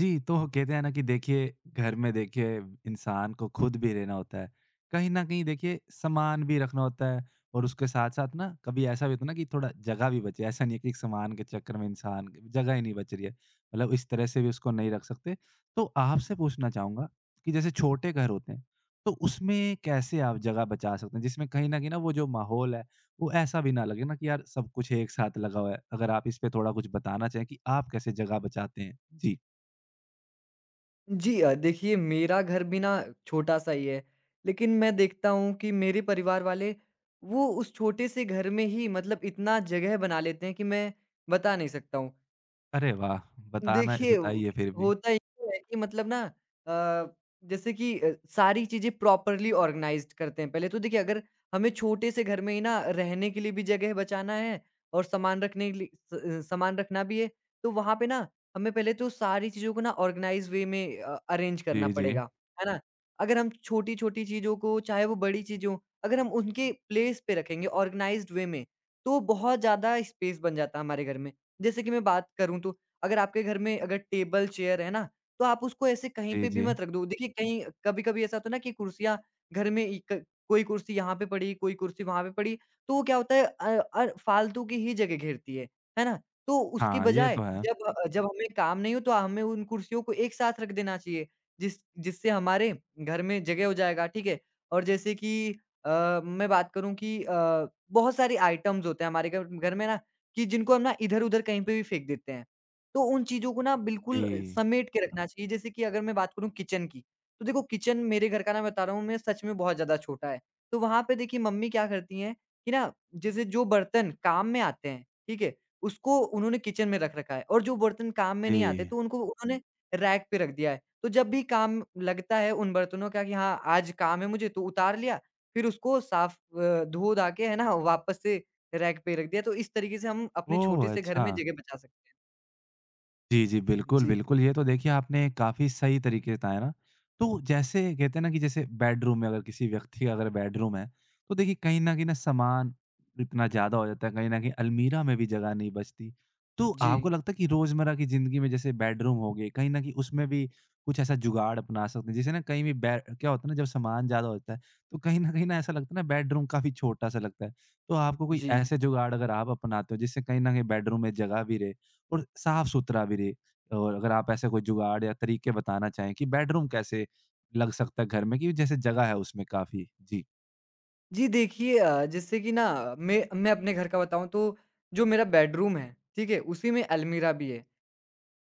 जी, तो कहते हैं ना कि देखिए घर में देखिए इंसान को खुद भी रहना होता है। कहीं न कहीं देखिए सामान भी रखना होता है और उसके साथ-साथ ना कभी ऐसा भी होता है ना कि थोड़ा जगह भी बचे। ऐसा नहीं है कि एक सामान के चक्कर में इंसान की जगह ही नहीं बच रही है। मतलब इस तरह से भी उसको नहीं रख सकते। तो आपसे पूछना चाहूँगा कि जैसे छोटे घर होते हैं, तो उसमें कैसे आप जगह बचा सकते हैं? जिसमें कहीं न कहीं ना वो जो माहौल है, वो ऐसा भी ना लगे ना कि यार सब कुछ एक साथ लगा हुआ है। अगर आप इस पे थोड़ा कुछ बताना चाहें कि आप कैसे जगह बचाते हैं? जी। जी, देखिए मेरा घर भी ना छोटा-सा ही है, लेकिन मैं देखता हूँ कि मेरे परिवार वाले वो उस छोटे से घर में ही मतलब इतना जगह बना लेते हैं कि मैं बता नहीं सकता हूँ। अरे वाह! बताना देखिए, वो बताइए फिर भी। होता ये है कि मतलब ना अ, जैसे कि सारी चीज़ें प्रॉपरली ऑर्गनाइज़्ड करते हैं। पहले तो देखिए, अगर हमें छोटे से घर में ही ना रहने के लिए भी जगह बचाना है और सामान रखने के लिए सामान रखना भी है, तो वहाँ पे ना हमें पहले तो सारी चीज़ों को ना ऑर्गनाइज़ वे में अरेंज करना जी, जी। पड़ेगा, है ना? अगर हम छोटी-छोटी चीज़ों को चाहे वो बड़ी चीज़ हों, अगर हम उनके प्लेस पे रखेंगे ऑर्गनाइज़्ड वे में, तो बहुत ज़्यादा स्पेस बन जाता है हमारे घर में। जैसे कि मैं बात करूँ, तो अगर आपके घर में अगर टेबल, चेयर है ना, तो आप उसको ऐसे कहीं जी, पे भी जी। मत रख दो। देखिए, कहीं कभी-कभी ऐसा होता है ना कि कुर्सियाँ घर में इ क कोई कुर्सी यहाँ पे पड़ी, कोई कुर्सी वहाँ पे पड़ी, तो वो क्या होता है, फालतू की ही जगह घेरती है ना? तो उसकी हाँ, ये बजाय तो है। जब हमें काम नहीं हो तो हमें उन कुर्सियों को एक साथ रख देना चाहिए, जिस जिससे हमारे घर में जगह हो जाएगा, ठीक है? और जैसे कि मैं बात करूँ कि बहुत सारे आइटम्स होते हैं हमारे घर घर में ना कि जिनको हम ना इधर-उधर कहीं पे भी फेंक देते हैं। तो उन चीज़ों को ना बिल्कुल जी, समेट के रखना चाहिए। जैसे कि अगर मैं बात करूँ किचन की, तो देखो किचन मेरे घर का ना, बता रहा हूँ मैं, सच में बहुत ज़्यादा छोटा है। तो वहाँ पे देखिए मम्मी क्या करती हैं कि ना, जैसे जो बर्तन काम में आते हैं, ठीक है? उसको उन्होंने किचन में रख रखा है और जो बर्तन काम में नहीं आते जी। तो उनको उन्होंने रैक पे रख दिया है। तो जब भी काम लगता है उन बर्तनों का कि हाँ, आज काम है मुझे, तो उतार लिया, फिर उसको साफ धो-धा के, है ना, वापस से रैक पे रख दिया। तो इस तरीके से हम अपने छोटे ओह! से घर अच्छा। में जगह बचा सकते हैं। जी, जी। बिल्कुल, जी। बिल्कुल। ये तो देखिए आपने काफ़ी सही तरीके से बताया ना। तो जैसे कहते हैं ना कि जैसे बेडरूम में अगर किसी व्यक्ति का अगर बेडरूम है, तो देखिए कहीं न कहीं ना सामान इतना ज़्यादा हो जाता है, कहीं न कहीं अलमीरा में भी जगह नहीं बचती। तो जी, आपको लगता है कि रोज़मर्रा की ज़िंदगी में जैसे बेडरूम हो गई, कहीं न कहीं उसमें भी कुछ ऐसा जुगाड़ अपना सकते हैं? जैसे ना कहीं भी बै क्या होता है ना जब सामान ज़्यादा होता है, तो कहीं न कहीं ना ऐसा लगता है ना बेडरूम काफ़ी छोटा-सा लगता है। तो आपको कोई जी। ऐसे जुगाड़ अगर आप अपनाते हो जिससे कहीं न कहीं बेडरूम में जगह भी रहे, और साफ-सुथरा भी रहे? और अगर आप ऐसे कोई जुगाड़ या तरीके बताना चाहें कि बेडरूम कैसे लग सकता है घर में कि जैसे जगह है उसमें काफ़ी? जी। जी, देखिए जैसे कि ना मैं अपने घर का बताऊँ, तो जो मेरा बेडरूम है, ठीक है? उसी में अलमीरा भी है।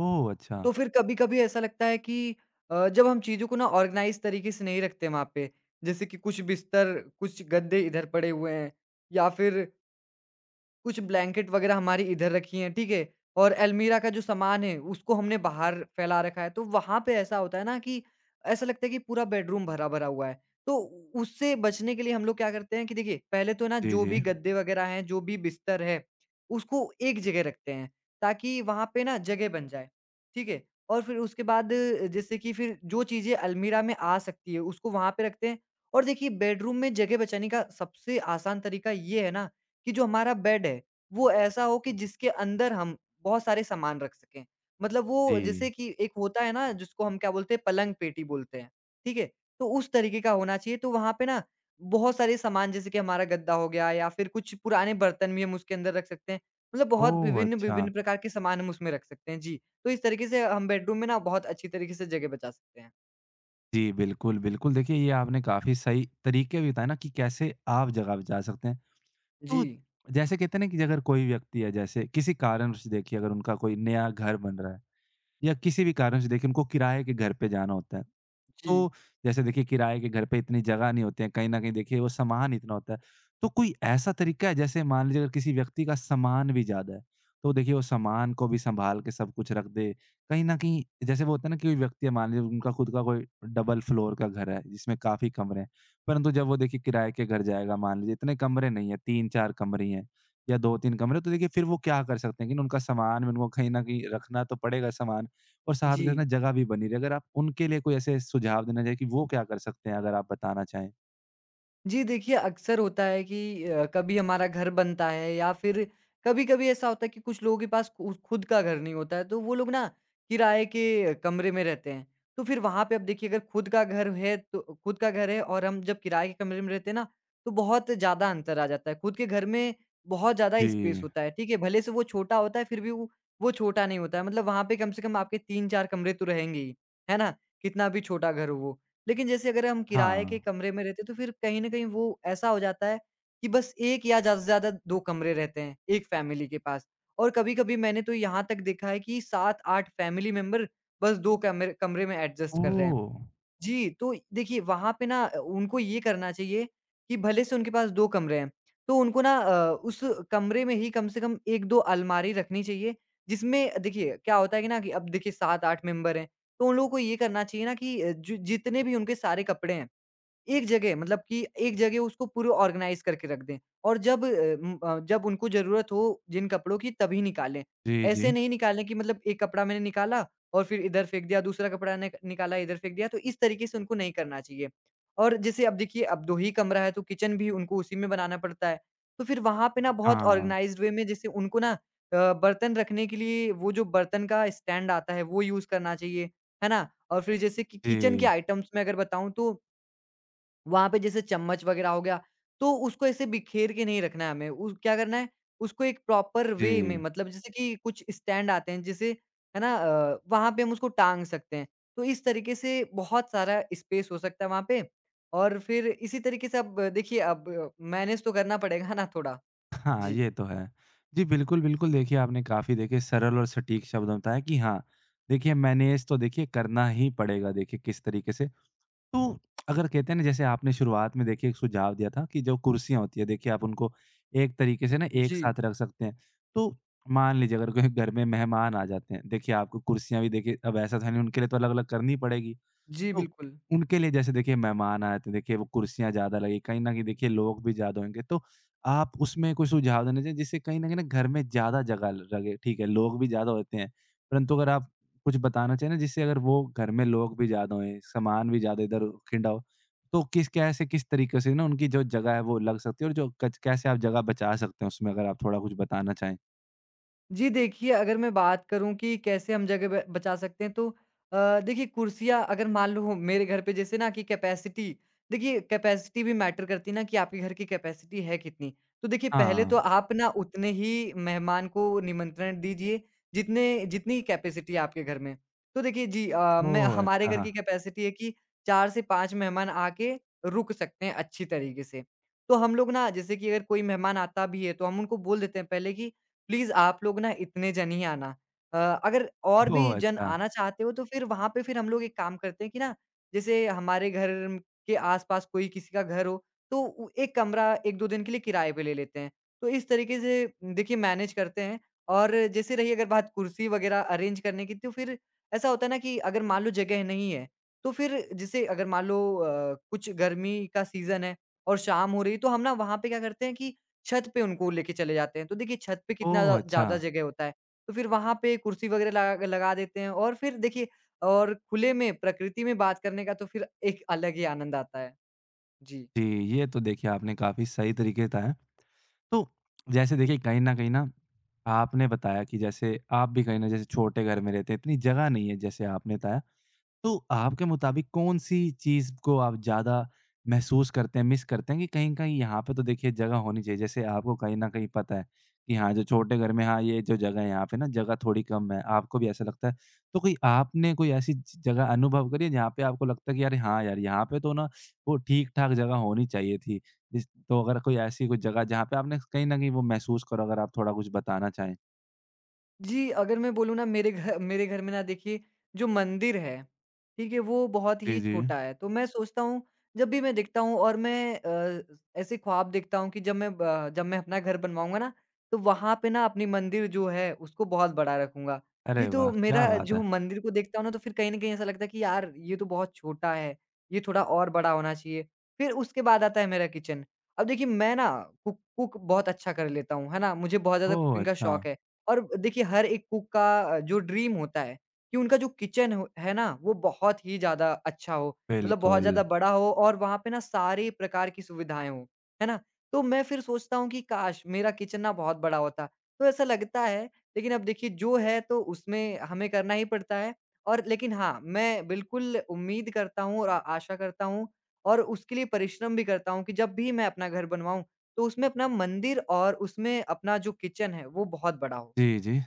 ओह! अच्छा। तो फिर कभी-कभी ऐसा लगता है कि जब हम चीज़ों को ना ऑर्गनाइज़ तरीके से नहीं रखते वहाँ पे, जैसे कि कुछ बिस्तर, कुछ गद्दे इधर पड़े हुए हैं या फिर कुछ ब्लैंकेट वगैरह हमारी इधर रखी हैं, ठीक है? और अलमीरा का जो सामान है, उसको हमने बाहर फैला रखा है। तो वहाँ पे ऐसा होता है ना कि ऐसा लगता है कि पूरा बेडरूम भरा-भरा हुआ है। तो उ उससे बचने के लिए हम लोग क्या करते हैं कि देखिए, पहले तो ना जी, जो भी जी। गद्दे वगैरह हैं, जो भी बिस्तर है, उसको एक जगह रखते हैं, ताकि वहाँ पे ना जगह बन जाए, ठीक है? और फिर उसके बाद जैसे कि फिर जो चीज़ें अलमीरा में आ सकती है, उसको वहाँ पे रखते हैं। और देखिए, बेडरूम में जगह बचाने का सबसे आसान तरीका ये है ना कि जो हमारा बेड है, वो ऐसा हो कि जिसके अंदर हम बहुत सारे सामान रख सकें। मतलब वो, जैसे जी। कि एक होता है ना जिसको हम क्या बोलते हैं, पलंग पेटी बोलते हैं, ठीक है? तो उस तरीके का होना चाहिए, तो वहाँ पे ना बहुत सारे सामान जैसे कि हमारा गद्दा हो गया या फिर कुछ पुराने बर्तन भी हम उसके अंदर रख सकते हैं। मतलब बहुत ओह! अच्छा। विभिन्न-विभिन्न प्रकार के सामान हम उसमें रख सकते हैं। जी, तो इस तरीके से हम बेडरूम में ना बहुत अच्छी तरीके से जगह बचा सकते हैं। जी, बिल्कुल, बिल्कुल। देखिए, ये आपने काफ़ी सही तरीके भी बताए ना कि कैसे आप जगह बचा सकते हैं। जी, तो जैसे कहते हैं ना कि अगर कोई व्यक्ति है जैसे किसी कारणवश देखिए अगर उनका कोई नया घर बन रहा है या किसी भी कारणवश देखिए उनको किराए के घर पे जाना होता है। जी, तो जैसे देखिए किराए के घर पे इतनी जगह नहीं होती है, कहीं न कहीं देखिए वो सामान इतना होता है। तो कोई ऐसा तरीका है जैसे मान लीजिए अगर किसी व्यक्ति का सामान भी ज़्यादा है, तो देखिए वो सामान को भी सँभाल के सब कुछ रख दे। कहीं न कहीं जैसे वो होता है ना कि कोई व्यक्ति है मान लीजिए उनका खुद का कोई डबल फ्लोर का घर है जिसमें काफ़ी कमरे हैं। परंतु जब वो देखिए किराए के घर जाएगा मान लीजिए इतने कमरे नहीं है, 3-4 कमरे ही हैं या 2-3 कमरे तो देखिए फिर वो क्या कर सकते हैं कि ना उनका सामान भी उनको कहीं न कहीं रखना तो पड़ेगा सामान और साथ के जी। साथ ना जगह भी बनी रहे। अगर आप उनके लिए कोई ऐसे सुझाव देना चाहें कि वो क्या कर सकते हैं, अगर आप बताना चाहें? जी देखिए, अक्सर होता है कि कभी हमारा घर बनता है या फिर कभी-कभी ऐसा होता है कि कुछ लोगों के पास खु खुद का घर नहीं होता है, तो वो लोग ना किराए के कमरे में रहते हैं। तो फिर वहाँ पे, अब देखिए, अगर खुद का घर है तो खुद का घर है, और हम जब किराए के कमरे में रहते हैं ना, तो बहुत ज़्यादा अंतर आ जाता है। खुद के घर में बहुत ज़्यादा स्पेस जी। होता है, ठीक है? भले से वो छोटा होता है, फिर भी वो छोटा नहीं होता है। मतलब वहाँ पे कम से कम आपके 3-4 कमरे तो रहेंगे ही, है ना? कितना भी छोटा घर हो वो। लेकिन जैसे अगर हम किराए के हाँ। कमरे में रहते हैं, तो फिर कहीं न कहीं वो ऐसा हो जाता है कि बस 1 या ज़्यादा से ज़्यादा 2 कमरे रहते हैं, एक फैमिली के पास। और कभी-कभी मैंने तो यहाँ तक देखा है कि 7-8 फैमिली मेंबर बस 2 कमरे कमरे में एडजस्ट कर रहे हैं। ओह! जी, तो देखिए वहाँ पे ना, उनको ये करना चाहिए कि भले से उनके पास 2 कमरे हैं, तो उनको ना उस कमरे में ही कम से कम 1-2 अलमारी रखनी चाहिए, जिसमें देखिए क्या होता है कि ना, कि अब देखिए 7-8 मेंबर हैं, तो उन लोगों को ये करना चाहिए ना कि जो जितने भी उनके सारे कपड़े हैं, एक जगह, मतलब कि एक जगह उसको पूरे ऑर्गेनाइज़ करके रख दें, और जब अ, उम, अ, जब उनको ज़रूरत हो जिन कपड़ों की, तभी निकालें। जी, ऐसे जी। नहीं निकालें कि मतलब एक कपड़ा मैंने निकाला और फिर इधर फेंक दिया, दूसरा कपड़ा ने निकाला इधर फेंक दिया, तो इस तरीके से उनको नहीं करना चाहिए। और जैसे, अब देखिए, अब 2 ही कमरा है, तो किचन भी उनको उसी में बनाना पड़ता है। तो फिर वहाँ पे ना बहुत हाँ। ऑर्गेनाइज़्ड वे में, जैसे उनको ना बर्तन रखने के लिए वो जो बर्तन का स्टैंड आता है, वो यूज़ करना चाहिए, है ना? और फिर जैसे कि किचन के जी, आइटम्स में अगर बताऊँ, तो वहाँ पे जैसे चम्मच वगैरह हो गया, तो उसको ऐसे बिखेर के नहीं रखना है हमें। उस क्या करना है, उसको एक प्रॉपर वे में, जी। मतलब जैसे कि कुछ स्टैंड आते हैं जैसे, है ना, वहाँ पे हम उसको टाँग सकते हैं। तो इस तरीके से बहुत सारा स्पेस हो सकता है वहाँ पे, और फिर इसी तरीके से, अब देखिए, अब मैनेज तो करना पड़ेगा ना थोड़ा। हाँ, जी। ये तो है। जी, बिल्कुल, बिल्कुल देखिए आपने काफ़ी देखिए सरल और सटीक शब्दों में बताया कि हाँ, देखिए मैनेज तो देखिए करना ही पड़ेगा देखिए किस तरीके से। तो अगर कहते हैं ना जैसे आपने शुरुआत में देखिए एक सुझाव दिया था कि जो कुर्सियाँ होती है देखिए आप उनको एक तरीके से ना एक जी। साथ रख सकते हैं। तो मान लीजिए अगर कोई घर में मेहमान आ जाते हैं, देखिए आपको कुर्सियाँ भी देखिए अब ऐसा तो है नहीं उनके लिए तो अलग-अलग करनी पड़ेगी। जी, तो बिल्कुल। उनके लिए जैसे देखिए मेहमान आए थे, देखिए वो कुर्सियाँ ज़्यादा लगीं, कहीं न कहीं देखिए लोग भी ज़्यादा होंगे, तो आप उसमें कोई सुझाव देना चाहिए जिससे कहीं न कहीं ना घर में ज़्यादा जगह ल लगे, ठीक है, लोग भी ज़्यादा होते हैं, परंतु अगर आप कुछ बताना चाहें ना जिससे अगर वो घर में लोग भी ज़्यादा हों, सामान भी ज़्यादा इधर खिंडा हो, तो किस तरीके से ना उनकी जो जगह है वो लग सकती है और जो कच कैसे आप जगह बचा सकते हैं उसमें अगर आप थोड़ा कुछ बताना चाहें? जी, देखिए, अगर मैं बात करूँ कि कैसे हम जगह ब बचा सकते हैं, तो देखिए कुर्सियाँ, अगर मान लो मेरे घर पे, जैसे ना कि कैपेसिटी, देखिए कैपेसिटी भी मैटर करती है ना कि आपके घर की कैपेसिटी है कितनी। तो देखिए, पहले तो हाँ। आप ना उतने ही मेहमान को निमंत्रण दीजिए जितने जितनी कैपेसिटी है आपके घर में। तो देखिए जी, मैं, ओह! हमारे घर अच्छा। की कैपेसिटी है कि 4 से 5 मेहमान आके रुक सकते हैं अच्छी तरीके से। तो हम लोग ना, जैसे कि अगर कोई मेहमान आता भी है तो हम उनको बोल देते हैं पहले कि प्लीज़ आप लोग ना इतने जन ही आना। अ, अगर और भी ओह! जन अच्छा। आना चाहते हो, तो फिर वहाँ पे फिर हम लोग एक काम करते हैं कि ना, जैसे हमारे घर के आस-पास कोई किसी का घर हो, तो उ एक कमरा 1-2 दिन के लिए किराए पे ले लेते हैं। तो इस तरीके से, देखिए, मैनेज करते हैं। और जैसे रही अगर बात कुर्सी वग़ैरह अरेंज करने की, तो फिर ऐसा होता है ना कि अगर मान लो जगह नहीं है, तो फिर जैसे अगर मान लो कुछ गर्मी का सीज़न है और शाम हो रही है, तो हम ना वहाँ पे क्या करते हैं कि छत पे उनको लेके चले जाते हैं। तो देखिए छत पे कितना ओह! अच्छा। ज़्यादा जगह होता है, तो फिर वहाँ पे कुर्सी वग़ैरह लगा लगा देते हैं, और फिर देखिए, और खुले में, प्रकृति में बात करने का तो फिर एक अलग ही आनंद आता है। जी। जी, ये तो देखिए आपने काफ़ी सही तरीके बताया। तो जैसे देखिए कहीं न कहीं ना आपने बताया कि जैसे आप भी कहीं न जैसे छोटे घर में रहते हैं, इतनी जगह नहीं है जैसे आपने बताया। तो आपके मुताबिक कौन-सी चीज़ को आप ज़्यादा महसूस करते हैं, मिस करते हैं कि कहीं-कहीं यहाँ पे तो देखिए जगह होनी चाहिए। जैसे आपको कहीं न कहीं पता है कि हाँ, जो छोटे घर में हाँ, ये जो जगह है यहाँ पे ना जगह थोड़ी कम है, आपको भी ऐसा लगता है। तो कोई आपने कोई ऐसी ज जगह अनुभव करी है जहाँ पे आपको लगता है कि यार हाँ, यार यहाँ पे तो ना वो ठीक-ठाक जगह होनी चाहिए थी। जिस तो अगर कोई ऐसी कोई जगह जहाँ पे आपने कहीं न कहीं वो महसूस करो अगर आप थोड़ा कुछ बताना चाहें? जी, अगर मैं बोलूँ ना, मेरे घर में ना देखिए, जो मंदिर है, ठीक है? वो बहुत ही जी, जी। छोटा है। तो मैं सोचता हूँ, जब भी मैं देखता हूँ, और मैं ऐसे ख्वाब देखता हूँ कि जब मैं अपना घर बनवाऊँगा ना, तो वहाँ पे ना अपनी मंदिर जो है उसको बहुत बड़ा रखूँगा। जी, अरे तो वाह! क्या मेरा बात जो है। मंदिर को देखता हूँ ना, तो फिर कहीं न कहीं ऐसा लगता है कि यार ये तो बहुत छोटा है, ये थोड़ा और बड़ा होना चाहिए। फिर उसके बाद आता है मेरा किचन। अब देखिए, मैं ना कुक कुक बहुत अच्छा कर लेता हूँ, है ना? मुझे बहुत ज़्यादा ओह! कुकिंग का अच्छा, शौक है। और देखिए, हर एक कुक का जो ड्रीम होता है कि उनका जो किचन हो, है ना, वो बहुत ही ज़्यादा अच्छा हो, मतलब बहुत बिल्कुल। ज़्यादा बड़ा हो और वहाँ पे ना सारे प्रकार की सुविधाएँ हों, है ना? तो मैं फिर सोचता हूँ कि काश! मेरा किचन ना बहुत बड़ा होता। तो ऐसा लगता है, लेकिन अब देखिए जो है तो उसमें हमें करना ही पड़ता है। और लेकिन हाँ, मैं बिल्कुल उम्मीद करता हूँ और आ आशा करता हूँ और उसके लिए परिश्रम भी करता हूँ कि जब भी मैं अपना घर बनवाऊँ, तो उसमें अपना मंदिर और उसमें अपना जो किचन है वो बहुत बड़ा हो। जी, जी।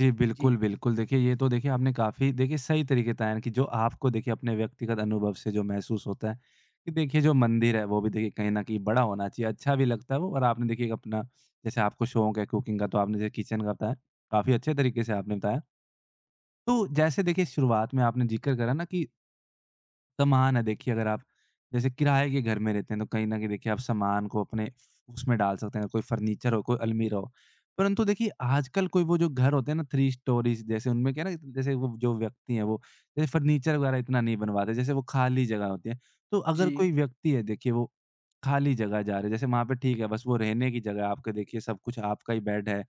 जी, जी। बिल्कुल, बिल्कुल। देखिए, ये तो देखिए आपने काफ़ी देखिए सही तरीके बताया कि जो आपको देखिए अपने व्यक्तिगत अनुभव से जो महसूस होता है कि देखिए जो मंदिर है वो भी देखिए कहीं न कहीं बड़ा होना चाहिए, अच्छा भी लगता है वो और आपने देखिए एक अपना जैसे आपको शौक है कुकिंग का तो आपने जैसे किचन का बताया, काफ़ी अच्छे तरीके से आपने बताया। तो जैसे देखिए शुरुआत में आपने ज़िक्र करा ना कि सामान है देखिए अगर आप जैसे किराए के घर में रहते हैं तो कहीं न कहीं देखिए आप सामान को अपने उसमें डाल सकते हैं, कोई फर्नीचर हो, कोई अलमीरा हो। परंतु देखिए आजकल कोई वो जो घर होते हैं ना थ्री स्टोरीज़ जैसे उनमें क्या है ना जैसे वो जो व्यक्ति हैं वो जैसे फर्नीचर वगैरह इतना नहीं बनवाते, जैसे वो खाली जगह होती है। तो अगर जी। कोई व्यक्ति है देखिए वो खाली जगह जा रहे हैं। जैसे वहाँ पे ठीक है, बस वो रहने की जगह है, आपके देखिए सब कुछ आपका ही बेड है,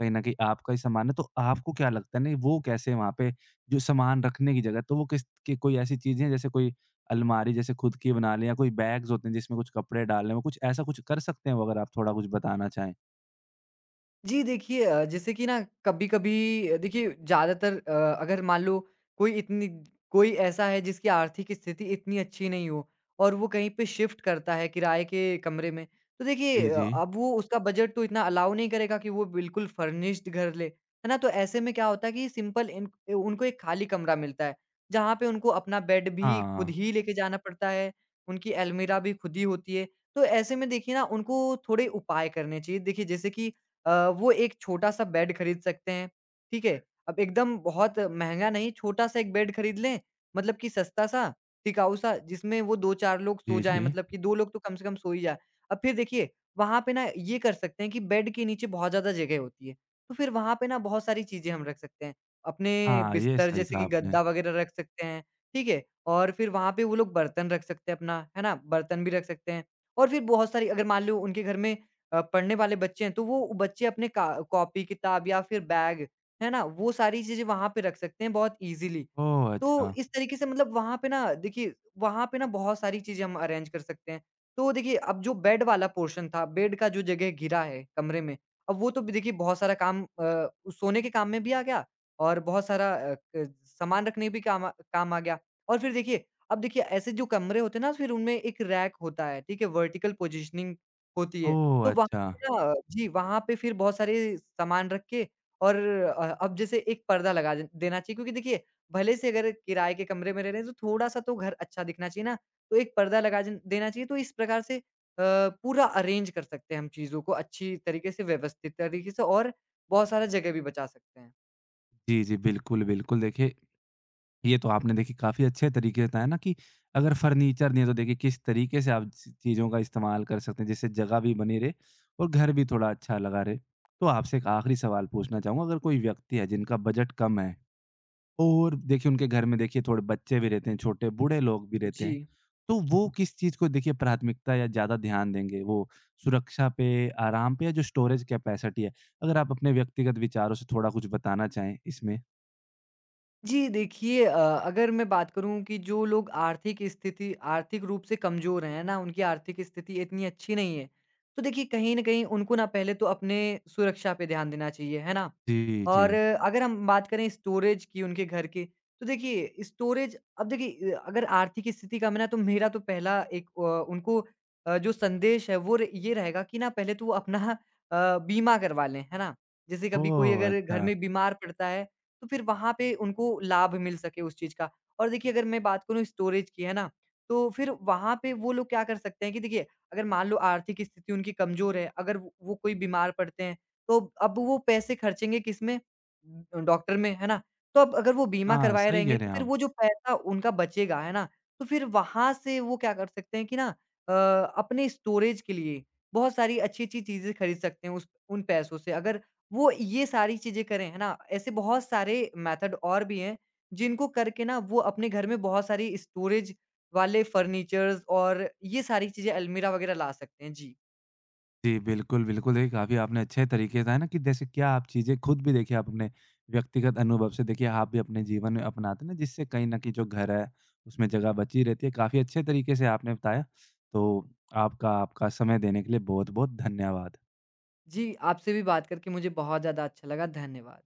कहीं न कहीं आपका ही सामान है, तो आपको क्या लगता है नहीं वो कैसे वहाँ पे जो सामान रखने की जगह, तो वो किस कि कोई ऐसी चीज़ें हैं जैसे कोई अलमारी जैसे खुद की बना लें या कोई बैग्स होते हैं जिसमें कुछ कपड़े डालने हो, कुछ ऐसा कुछ कर सकते हैं वो अगर आप थोड़ा कुछ बताना चाहें? जी, देखिए जैसे कि ना कभी-कभी देखिए ज़्यादातर अगर मान लो कोई इतनी कोई ऐसा है जिसकी आर्थिक स्थिति इतनी अच्छी नहीं हो और वो कहीं पे शिफ्ट करता है किराए के कमरे में, तो देखिए जी, जी। अब वो उसका बजट तो इतना अलाउ नहीं करेगा कि वो बिल्कुल फर्निश्ड घर ले, है ना? तो ऐसे में क्या होता है कि सिंपल इन उनको एक खाली कमरा मिलता है, जहाँ पे उनको अपना बेड भी खुद हाँ। ही लेके जाना पड़ता है, उनकी अलमीरा भी खुद ही होती है। तो ऐसे में देखिए ना उनको थोड़े उपाय करने चाहिए। देखिए जैसे कि वो एक छोटा-सा बेड खरीद सकते हैं, ठीक है? अब एकदम बहुत महँगा नहीं, छोटा-सा एक बेड खरीद लें, मतलब कि सस्ता-सा, टिकाऊ-सा, जिसमें वो 2-4 लोग सो जी, जाएँ, जी। मतलब कि 2 लोग तो कम से कम सो ही जाएँ। अब फिर देखिए, वहाँ पे ना ये कर सकते हैं कि बेड के नीचे बहुत ज़्यादा जगह होती है, तो फिर वहाँ पे ना बहुत सारी चीज़ें हम रख सकते हैं। अपने हाँ, ये बिस्तर सही जैसे कहा कि आपने। गद्दा वगैरह रख सकते हैं, ठीक है? और फिर वहाँ पे वो लोग बर्तन रख सकते हैं अपना, है ना? बर्तन भी रख सकते हैं और फिर बहुत सारी अगर मान लो उनके घर में पढ़ने वाले बच्चे हैं, तो वो बच्चे अपने का कॉपी-किताब या फिर बैग, है ना? वो सारी चीज़ें वहाँ पे रख सकते हैं बहुत ईज़िली। ओह! तो अच्छा। इस तरीके से मतलब वहाँ पे ना देखिए, वहाँ पे ना बहुत सारी चीज़ें हम अरेंज कर सकते हैं। तो देखिए, अब जो बेड वाला पोर्शन था, बेड का जो जगह घिरा है कमरे में, अब वो तो भी देखिए बहुत सारा काम सोने के काम में भी आ गया और बहुत सारा अ, क सामान रखने भी काम आ गया। और फिर देखिए, अब देखिए ऐसे जो कमरे होते हैं ना, फिर उनमें एक रैक होता है, ठीक है? वर्टिकल पोज़ीशनिंग होती है। ओह! तो वहाँ अच्छा। पे ना जी, वहाँ पे फिर बहुत सारे सामान रख के और अब जैसे एक पर्दा लगा दे देना चाहिए क्योंकि देखिए, भले से अगर किराए के कमरे में रह रहे हैं, तो थोड़ा-सा तो घर अच्छा दिखना चाहिए ना। तो एक पर्दा लगा जन देना चाहिए, तो इस प्रकार से पूरा अरेंज कर सकते हैं हम चीज़ों को अच्छी तरीके से, व्यवस्थित तरीके से और बहुत सारा जगह भी बचा सकते हैं। जी, जी, बिल्कुल, बिल्कुल देखिए ये तो आपने देखिए काफ़ी अच्छे तरीके से बताया ना कि अगर फर्नीचर नहीं है तो देखिए किस तरीके से आप चीज़ों का इस्तेमाल कर सकते हैं जिससे जगह भी बनी रहे और घर भी थोड़ा अच्छा लगा रहे तो आपसे एक आखिरी सवाल पूछना चाहूँगा अगर कोई व्यक्ति है जिनका बजट कम है और देखिए उनके घर में देखिए थोड़े बच्चे भी रहते हैं छोटे बूढ़े लोग भी रहते हैं जी। तो वो किस चीज़ को देखिए प्राथमिकता या ज़्यादा ध्यान देंगे वो सुरक्षा पे आराम पे या जो स्टोरेज कैपेसिटी है अगर आप अपने व्यक्तिगत विचारों से थोड़ा कुछ बताना चाहें इसमें जी, देखिए अगर मैं बात करूँ कि जो लोग आर्थिक रूप से कमज़ोर हैं ना, उनकी आर्थिक स्थिति इतनी अच्छी नहीं है, तो देखिए कहीं न कहीं उनको ना पहले तो अपने सुरक्षा पे ध्यान देना चाहिए, है ना? जी जी और अगर हम बात करें स्टोरेज की उनके घर की, तो देखिए स्टोरेज अब देखिए अगर आर्थिक स्थिति कम है ना, तो मेरा तो पहला उनको जो संदेश है वो र ये रहेगा कि ना पहले तो वो अपना बीमा करवा लें, है ना? जैसे कभी कोई ओह अगर घर अच्छा में बीमार पड़ता है तो फिर वहाँ पे उनको लाभ मिल सके उस चीज़ का। और देखिए अगर मैं बात करूँ स्टोरेज की, है ना? तो फिर वहाँ पे वो लोग क्या कर सकते हैं कि देखिए अगर मान लो आर्थिक स्थिति उनकी कमज़ोर है, अगर वो कोई बीमार पड़ते हैं, तो अब वो पैसे खर्चेंगे किसमें? डॉक्टर में, है ना? तो अब अगर वो बीमा हाँ, करवाए सही रहेंगे कह रहे तो हैं फिर आप। वो जो पैसा उनका बचेगा, है ना? तो फिर वहाँ से वो क्या कर सकते हैं कि ना अ, अपने स्टोरेज के लिए बहुत सारी अच्छी-अच्छी चीज़ें खरीद सकते हैं उस उन पैसों से। अगर वो ये सारी चीज़ें करें, है ना? ऐसे बहुत सारे मेथड और भी हैं, जिनको करके ना वो अपने घर में बहुत सारी स्टोरेज वाले फर्नीचर्स और ये सारी चीज़ें अलमीरा वगैरह ला सकते हैं। जी। जी, बिल्कुल, बिल्कुल। देखिए, काफ़ी आपने अच्छे तरीके से है ना कि जैसे क्या आप चीज़ें खुद भी देखिए आप अपने व्यक्तिगत अनुभव से देखिए आप भी अपने जीवन में अपनाते हैं ना, जिससे कहीं न कहीं जो घर है, उसमें जगह बची रहती है। काफ़ी अच्छे तरीके से आपने बताया। तो आपका आपका समय देने के लिए बहुत-बहुत धन्यवाद। जी, आपसे भी बात करके मुझे बहुत ज़्यादा अच्छा लगा। धन्यवाद।